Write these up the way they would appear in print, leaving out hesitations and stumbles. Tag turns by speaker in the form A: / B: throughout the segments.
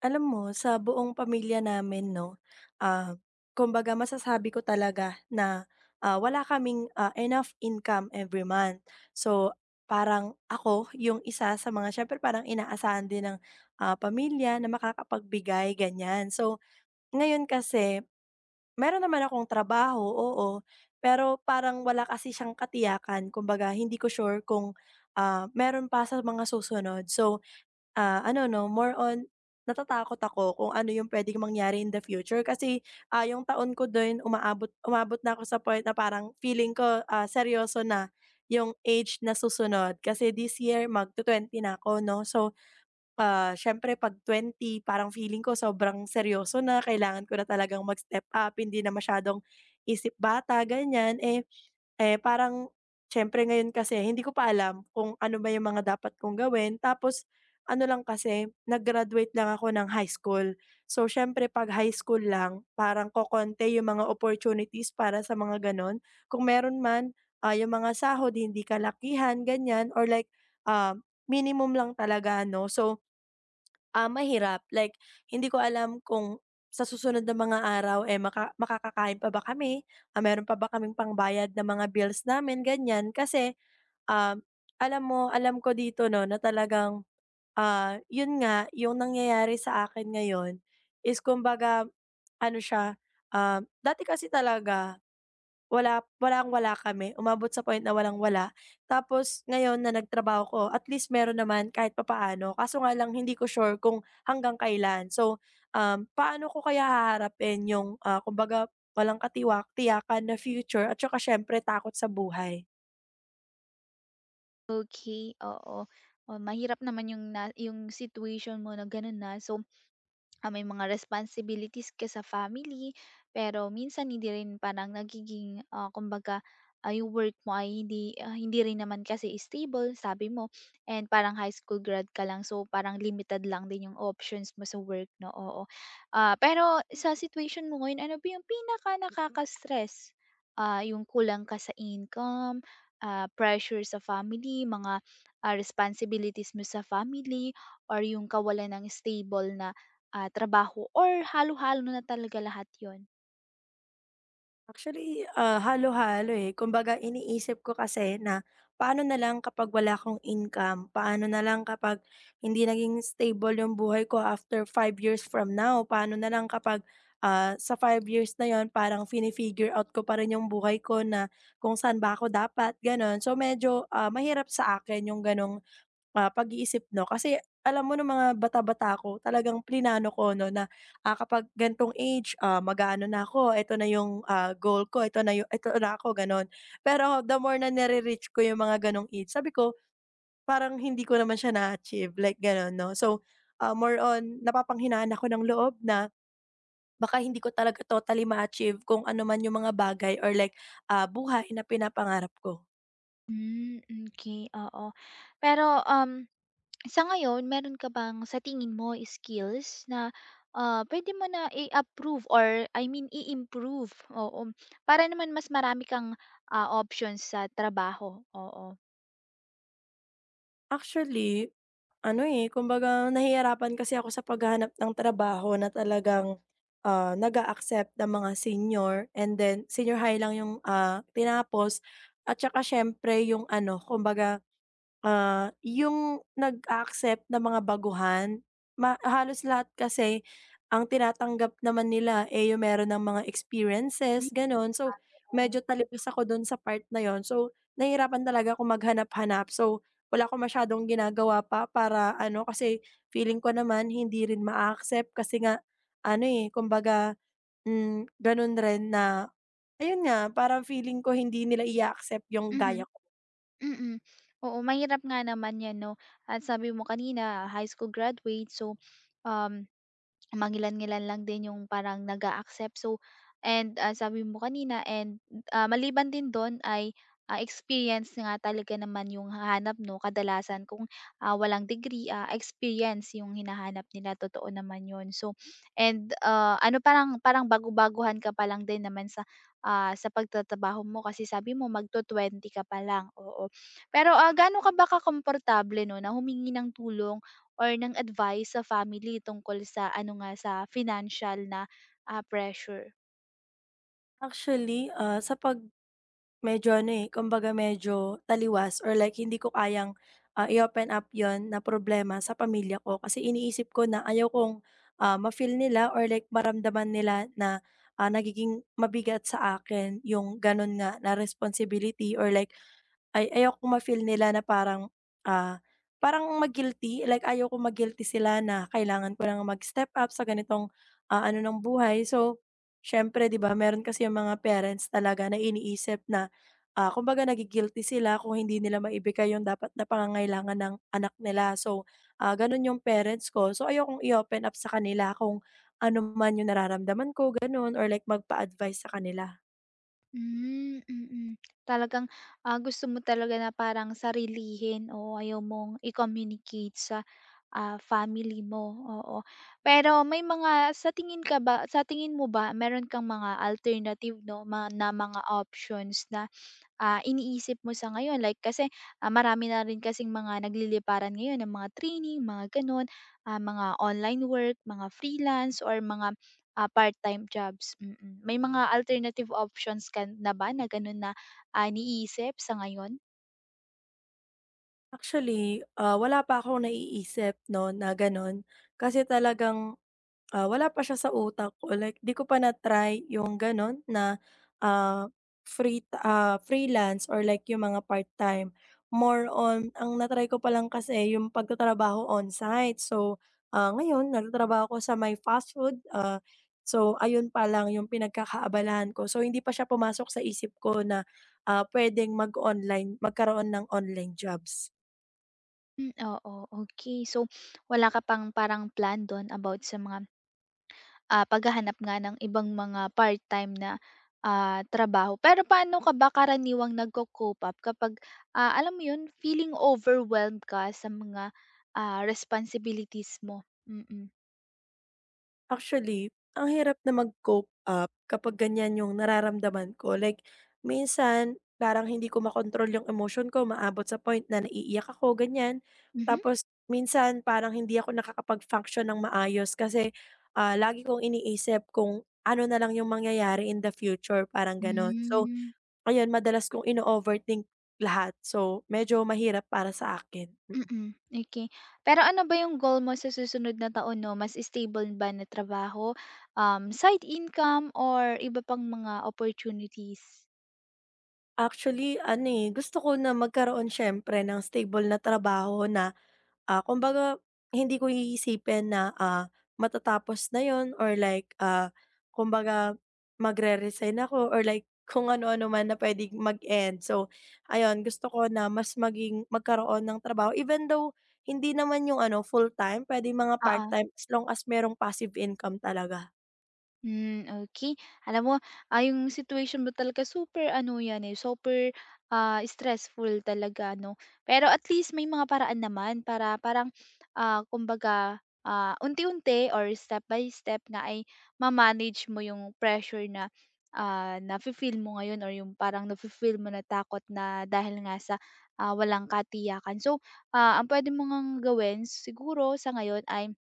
A: Alam mo sa buong pamilya namin 'no, ah, kumbaga masasabi ko talaga na, wala kaming, enough income every month. So, parang ako yung isa sa mga siyempre parang inaasahan din ng, pamilya na makakapagbigay ganyan. So, ngayon kasi meron naman akong trabaho, oo, pero parang wala kasi siyang katiyakan kumbaga hindi ko sure kung, meron pa sa mga susunod. So ano 'no, more on natatakot ako kung ano yung puwedeng mangyari in the future kasi, yung taon ko din umabot na ako sa point na parang feeling ko, seryoso na yung age na susunod. Kasi this year magtu-20 na ako 'no. So, siyempre 'pag 20 parang feeling ko sobrang seryoso na, kailangan ko na talagang mag-step up, hindi na masyadong isip bata, ganyan. Parang siyempre ngayon kasi hindi ko pa alam kung ano ba yung mga dapat kong gawin. Tapos ano lang kasi, nag-graduate lang ako ng high school. So, siyempre 'pag high school lang, parang kokonti yung mga opportunities para sa mga gano'n. Kung meron man, yung mga sahod hindi kalakihan, ganyan or like, ah, minimum lang talaga ano. So mahirap like hindi ko alam kung sa susunod na mga araw, eh, makakakain pa ba kami, meron pa ba kaming pangbayad na mga bills namin, ganyan. Kasi, um, alam mo alam ko dito 'no na talagang yun nga, yung nangyayari sa akin ngayon is kumbaga ano siya, dati kasi talaga walang-wala kami, umabot sa point na walang-wala. Tapos ngayon na nagtrabaho ko at least meron naman kahit papaano, kaso nga lang hindi ko sure kung hanggang kailan. So, paano ko kaya haharapin yung, kumbaga walang tiyakan na future at saka siyempre takot sa buhay?
B: Okay, oo. Oh, mahirap naman yung situation mo na gano'n na. So, may mga responsibilities ka sa family, pero minsan hindi rin parang nagiging, kumbaga, yung work mo ay hindi rin naman kasi stable, sabi mo, and parang high school grad ka lang, so parang limited lang din yung options mo sa work, 'no, oo. Pero sa situation mo ngayon, ano ba yung pinaka nakaka-stress? Yung kulang ka sa income, pressure sa family, mga, responsibilities mo sa family, or yung kawalan ng stable na trabaho, or halo-halo na talaga lahat 'yon.
A: Actually, halo-halo, eh. Kumbaga iniisip ko kasi na paano na lang kapag wala akong income, paano na lang kapag hindi naging stable yung buhay ko after 5 years from now, paano na lang kapag, sa 5 years na yon parang fini-figure out ko pa rin yung buhay ko na kung saan ba ako dapat, gano'n. So medyo, mahirap sa akin yung gano'ng pag-iisip 'no, kasi alam mo nung mga bata-bata ako talagang plinano ko 'no na, kapag gan'tong age, mag-aano na ako, ito na yung, goal ko, ito na yung ito na ako gano'n. Pero the more na nare-reach ko yung mga gano'ng age, sabi ko parang hindi ko naman siya na-achieve like gano'n 'no. So, more on napapanghinaan ako ng loob na baka hindi ko talaga totally ma-achieve kung ano man yung mga bagay or like, buhay na pinapangarap ko.
B: Hmm, okey, oo. Pero, sa ngayon meron ka bang sa tingin mo skills na, pwede mo na i-approve or I mean i-improve, oo, para naman mas marami kang, options sa trabaho? Oo.
A: Actually, ano, eh, kumbaga nahihirapan kasi ako sa paghahanap ng trabaho na talagang, nag-a-accept ng mga senior and then senior high lang yung, tinapos at saka siyempre yung ano, kumbaga yung nag-a-accept ng mga baguhan, halos lahat kasi ang tinatanggap naman nila, eh, yung meron ng mga
B: Hmm,
A: experiences gano'n. So,
B: sabagay, oo.
A: medyo talipas ako dun sa part na yon, so, nahihirapan talaga ako maghanap-hanap. So, wala akong masyadong ginagawa pa para ano, kasi feeling ko naman hindi rin maa-accept kasi nga ano, eh, kumbaga, ganun rin na ayun nga, parang feeling ko hindi nila i accept yung
B: Mhm.
A: gaya ko.
B: Mm. Oo, mahirap nga naman 'yan 'no, at sabi mo kanina high school graduate, so, um, mangilan-ngilan lang din yung parang nag accept. So and, sabi mo kanina, and, maliban din dun ay, experience nga talaga naman yung hahanap 'no, kadalasan kung, walang degree, experience yung hinahanap nila, totoo naman yun. So and, ano, parang parang bago baguhan ka pa lang din naman sa pagtatrabaho mo kasi sabi mo magtu-twenty ka pa lang, oo. Pero, gaano ka ba kakomportable 'no na humingi ng tulong or ng advice sa family tungkol sa ano nga, sa financial na, pressure?
A: Actually, ah, sa pag Medyo ano, eh, kumbaga medyo taliwas or like hindi ko kayang, i-open up yon na problema sa pamilya ko kasi iniisip ko na ayaw kong, ma-feel nila or like maramdaman nila na, nagiging mabigat sa akin yung gano'n nga na responsibility or like ay ayoko ma-feel nila na parang, ah, parang ma-guilty, like ayoko kong guilty sila na kailangan ko ng mag-step up sa ganitong, ano ng buhay. So, siyempre 'di ba meron kasi yung mga parents talaga na iniisip na, kumbaga nagi sila kung hindi nila maibigay yung dapat na pangangailangan ng anak nila. So, gano'n yung parents ko. So, ayokong i-open up sa kanila kung ano man yung nararamdaman ko, gano'n or like magpa-advice sa kanila.
B: Hmm, mm. Mm. Talagang, gusto mo talaga na parang sarilihin, o ayaw mong i-communicate sa, family mo, oo. Pero may mga sa tingin mo ba meron kang mga alternative 'no, na mga options na iniisip mo sa ngayon? Like kasi, marami na rin kasing mga nagliliparan ngayon ng mga training, mga gano'n, mga online work, mga freelance or mga, part-time jobs, mm. Mm. May mga alternative options ka na ba na gano'n na, iniisip sa ngayon?
A: Actually, wala pa akong naiisip 'no, na gano'n. Kasi talagang, wala pa siya sa utak ko, like 'di ko pa na-try yung gano'n na, ah, freelance or like yung mga part-time. More on ang na-try ko pa lang kasi yung pagtatrabaho on-site. So, ngayon nagtatrabaho ko sa may fast food, so ayun pa lang yung pinagkakaabalahan ko. So hindi pa siya pumasok sa isip ko na, puwedeng mag-online magkaroon ng online jobs.
B: Hmm, oo, okay. So, wala ka pang parang plan do'n about sa mga paghahanap nga ng ibang mga part-time na, trabaho. Pero paano ka ba karaniwang nagco-cope up kapag, alam mo 'yun, feeling overwhelmed ka sa mga, responsibilities mo? Mm.
A: Actually, ang hirap na mag-cope up kapag ganyan yung nararamdaman ko. Like, minsan parang hindi ko makontrol yung emotion ko, maabot sa point na naiiyak ako, ganyan.
B: Mhm.
A: Tapos minsan parang hindi ako nakakapag-function ng maayos kasi lagi kong iniisip kung ano na lang yung mangyayari in the future, parang ganon. So,
B: Hmm,
A: ayun, madalas kong ino-overthink lahat. So, medyo mahirap para sa akin. Mm.
B: mm, okey. Pero ano ba yung goal mo sa susunod na taon 'no, mas stable ba na trabaho, side income or iba pang mga opportunities?
A: Actually, ano eh, gusto ko na magkaroon syempre ng stable na trabaho na kumbaga hindi ko iisipin na, matatapos na yon or like, kumbaga magre-resign ako or like kung ano-ano man na puwedeng mag-end. So, ayun gusto ko na mas maging magkaroon ng trabaho even though hindi naman 'yung ano full-time, pwede mga part-time as long as merong passive income talaga.
B: Hmm, okay. Alam mo, yung situation mo talaga super ano 'yan, eh, super, stressful talaga 'no. Pero at least may mga paraan naman para parang, kumbaga, unti-unti or step by step nga ay ma-manage mo yung pressure na, nafi-feel mo ngayon or yung parang nafi-feel mo na takot na dahil nga sa, walang katiyakan. So, ang puwede mo ngang gawin siguro sa ngayon ay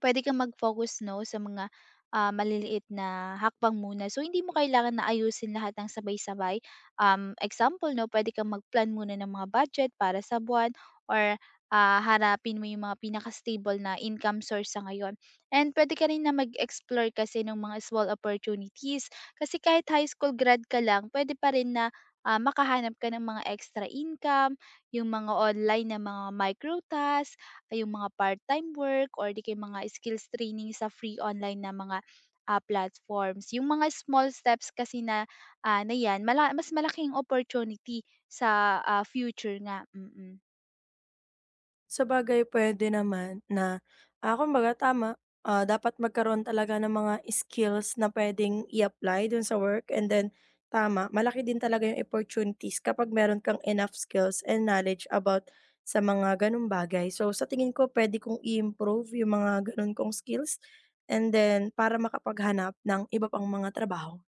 B: puwede kang mag-focus 'no, sa mga, maliliit na hakbang muna. So, hindi mo kailangan na ayusin lahat ng sabay-sabay. Example 'no, puwede kang mag-plan muna ng mga budget para sa buwan or, harapin mo yung mga pinaka-stable na income source sa ngayon. And puwede ka rin na mag-explore kasi ng mga small opportunities. Kasi kahit high school grad ka lang, pwede pa rin na, makahanap ka ng mga extra income, yung mga online na mga micro tasks, yung mga part-time work or di kaya mga skills training sa free online na mga, platforms. Yung mga small steps kasi na, ah, na 'yan mas malaking opportunity sa, future nga, mm.
A: Sabagay puwede naman na, kumbaga tama, dapat magkaroon talaga ng mga skills na pwedeng i-apply dun sa work and then tama, malaki din talaga yung opportunities kapag meron kang enough skills and knowledge about sa mga gano'ng bagay. So, sa tingin ko puwede kong i-improve yung mga gano'n kong skills and then para makapaghanap ng iba pang mga trabaho.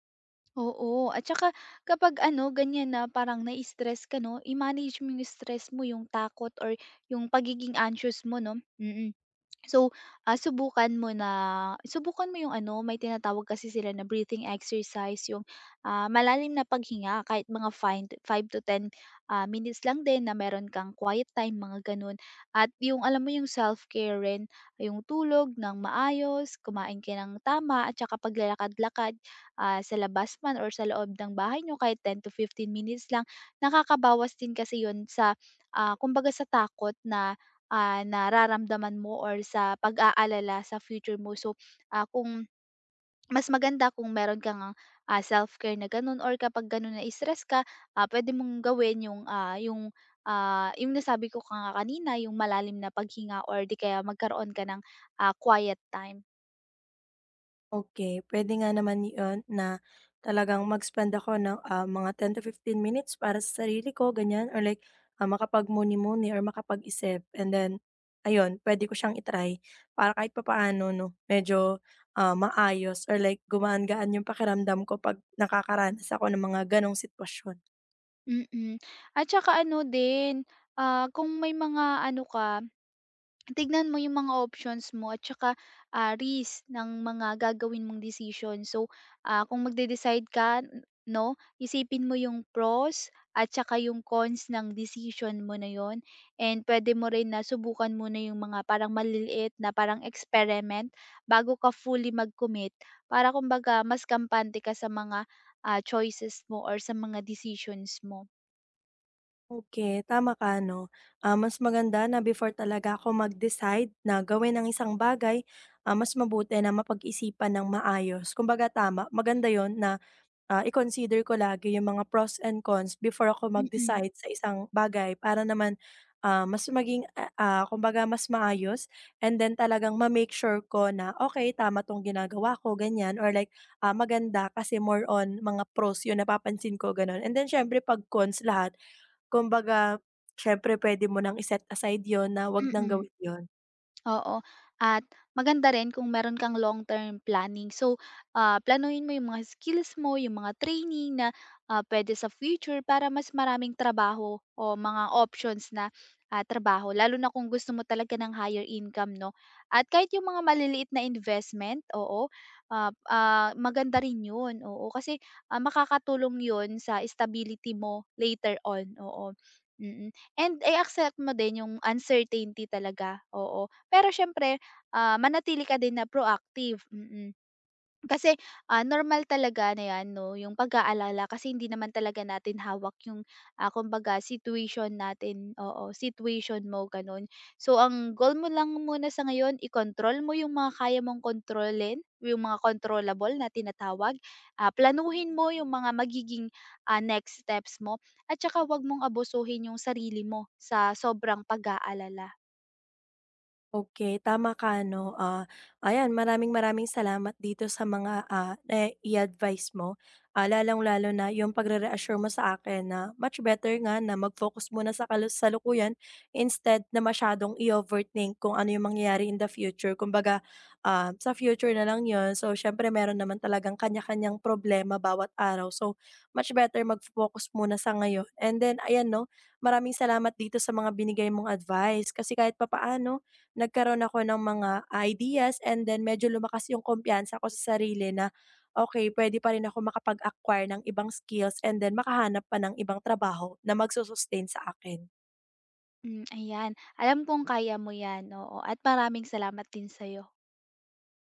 B: Oo, at saka kapag ano ganyan na parang na-stress ka 'no, i-manage mo yung stress mo, yung takot or yung pagiging anxious mo 'no, mm. So, subukan mo 'yung ano, may tinatawag kasi sila na breathing exercise, 'yung, malalim na paghinga kahit mga five to ten minutes lang din na meron kang quiet time, mga gano'n. At 'yung alam mo 'yung self-care rin, 'yung tulog ng maayos, kumain ka ng tama, at saka paglalakad-lakad, sa labas man or sa loob ng bahay niyo kahit 10 to 15 minutes lang. Nakakabawas din kasi 'yun sa, kumbaga sa takot na nararamdaman mo or sa pag-aalala sa future mo. So, kung mas maganda kung meron kang self-care na ganun or kapag ganun na stress ka, pwede mong gawin yung nasabi ko ka nga kanina, yung malalim na paghinga or di kaya magkaroon ka ng quiet time.
A: Okay, pwede nga naman 'yun na talagang mag-spend ako ng, mga 10 to 15 minutes para sa sarili ko ganiyan or like, makapagmuni-muni or makapag-isip and then ayun, pwede ko siyang i para kahit papaano 'no, medyo, maayos or like gumaan-gaan yung pakiramdam ko 'pag nakakaranas ako ng mga gano'ng sitwasyon.
B: Mm. Mm. At saka ano din, kung may mga ano ka, tignan mo yung mga options mo at saka, risk ng mga gagawin mong decision. So, kung magde-decide ka, 'no, isipin mo yung pros at saka yung cons ng decision mo na yon, and pwede mo rin na subukan muna yung mga parang maliliit na parang experiment bago ka fully mag-commit para kumbaga mas kampante ka sa mga, choices mo or sa mga decisions mo.
A: Okay, tama ka 'no. Mas maganda na before talaga ako mag-decide na gawin ang isang bagay, mas mabuti na mapag-isipan ng maayos. Kumbaga tama, maganda yon na, i-consider ko lagi yung mga pros and cons before ako
B: Mm,
A: mag-decide sa isang bagay para naman, mas maging, kumbaga mas maayos and then talagang ma-make sure ko na, okay, tama 'tong ginagawa ko, ganyan or like, maganda kasi more on mga pros 'yung napapansin ko, gano'n. And then siyempre 'pag cons lahat kumbaga, siyempre puwede mo nang i-set aside 'yun na 'wag nang
B: mm.
A: gawin yon.
B: Oo, at maganda rin kung meron kang long-term planning. So, planuhin mo yung mga skills mo, yung mga training na pwede sa future para mas maraming trabaho o mga options na trabaho, lalo na kung gusto mo talaga ng higher income, no? At kahit yung mga maliliit na investment, oo, maganda rin yun, oo. Kasi makakatulong yun sa stability mo later on, oo. Mm, mm. And i-accept mo din yung uncertainty talaga. Oo, pero siyempre, manatili ka din na proactive, mm. Mm. Kasi, normal talaga na 'yan 'no, yung pag-aalala kasi hindi naman talaga natin hawak yung, kumbaga situation natin, oo, situation mo gano'n. So ang goal mo lang muna sa ngayon, i-control mo yung mga kaya mong kontrolin, yung mga controllable na tinatawag. Planuhin mo yung mga magiging, next steps mo at saka 'wag mong abusuhin yung sarili mo sa sobrang pag-aalala.
A: Okay, tama ka 'no, ayan maraming-maraming salamat dito sa mga, i advice mo, lalong-lalo na yung pagre-reassure mo sa akin na much better nga na mag-focus muna sa kalusalukuyan instead na masyadong i-overthink kung ano yung mangyayari in the future. Kumbaga, sa future na lang yon. So, siyempre meron naman talagang kanya-kanyang problema bawat araw. So, much better mag-focus muna sa ngayon and then ayan 'no, maraming salamat dito sa mga binigay mong advice kasi kahit papaano nagkaroon ako ng mga ideas and then medyo lumakas yung kumpiyansa ko sa sarili na, okay pwede pa rin ako makapag-acquire ng ibang skills and then makahanap pa ng ibang trabaho na magsu sa akin.
B: Hmm, ayan. Alam kong kaya mo 'yan, oo, at maraming salamat din sa'yo.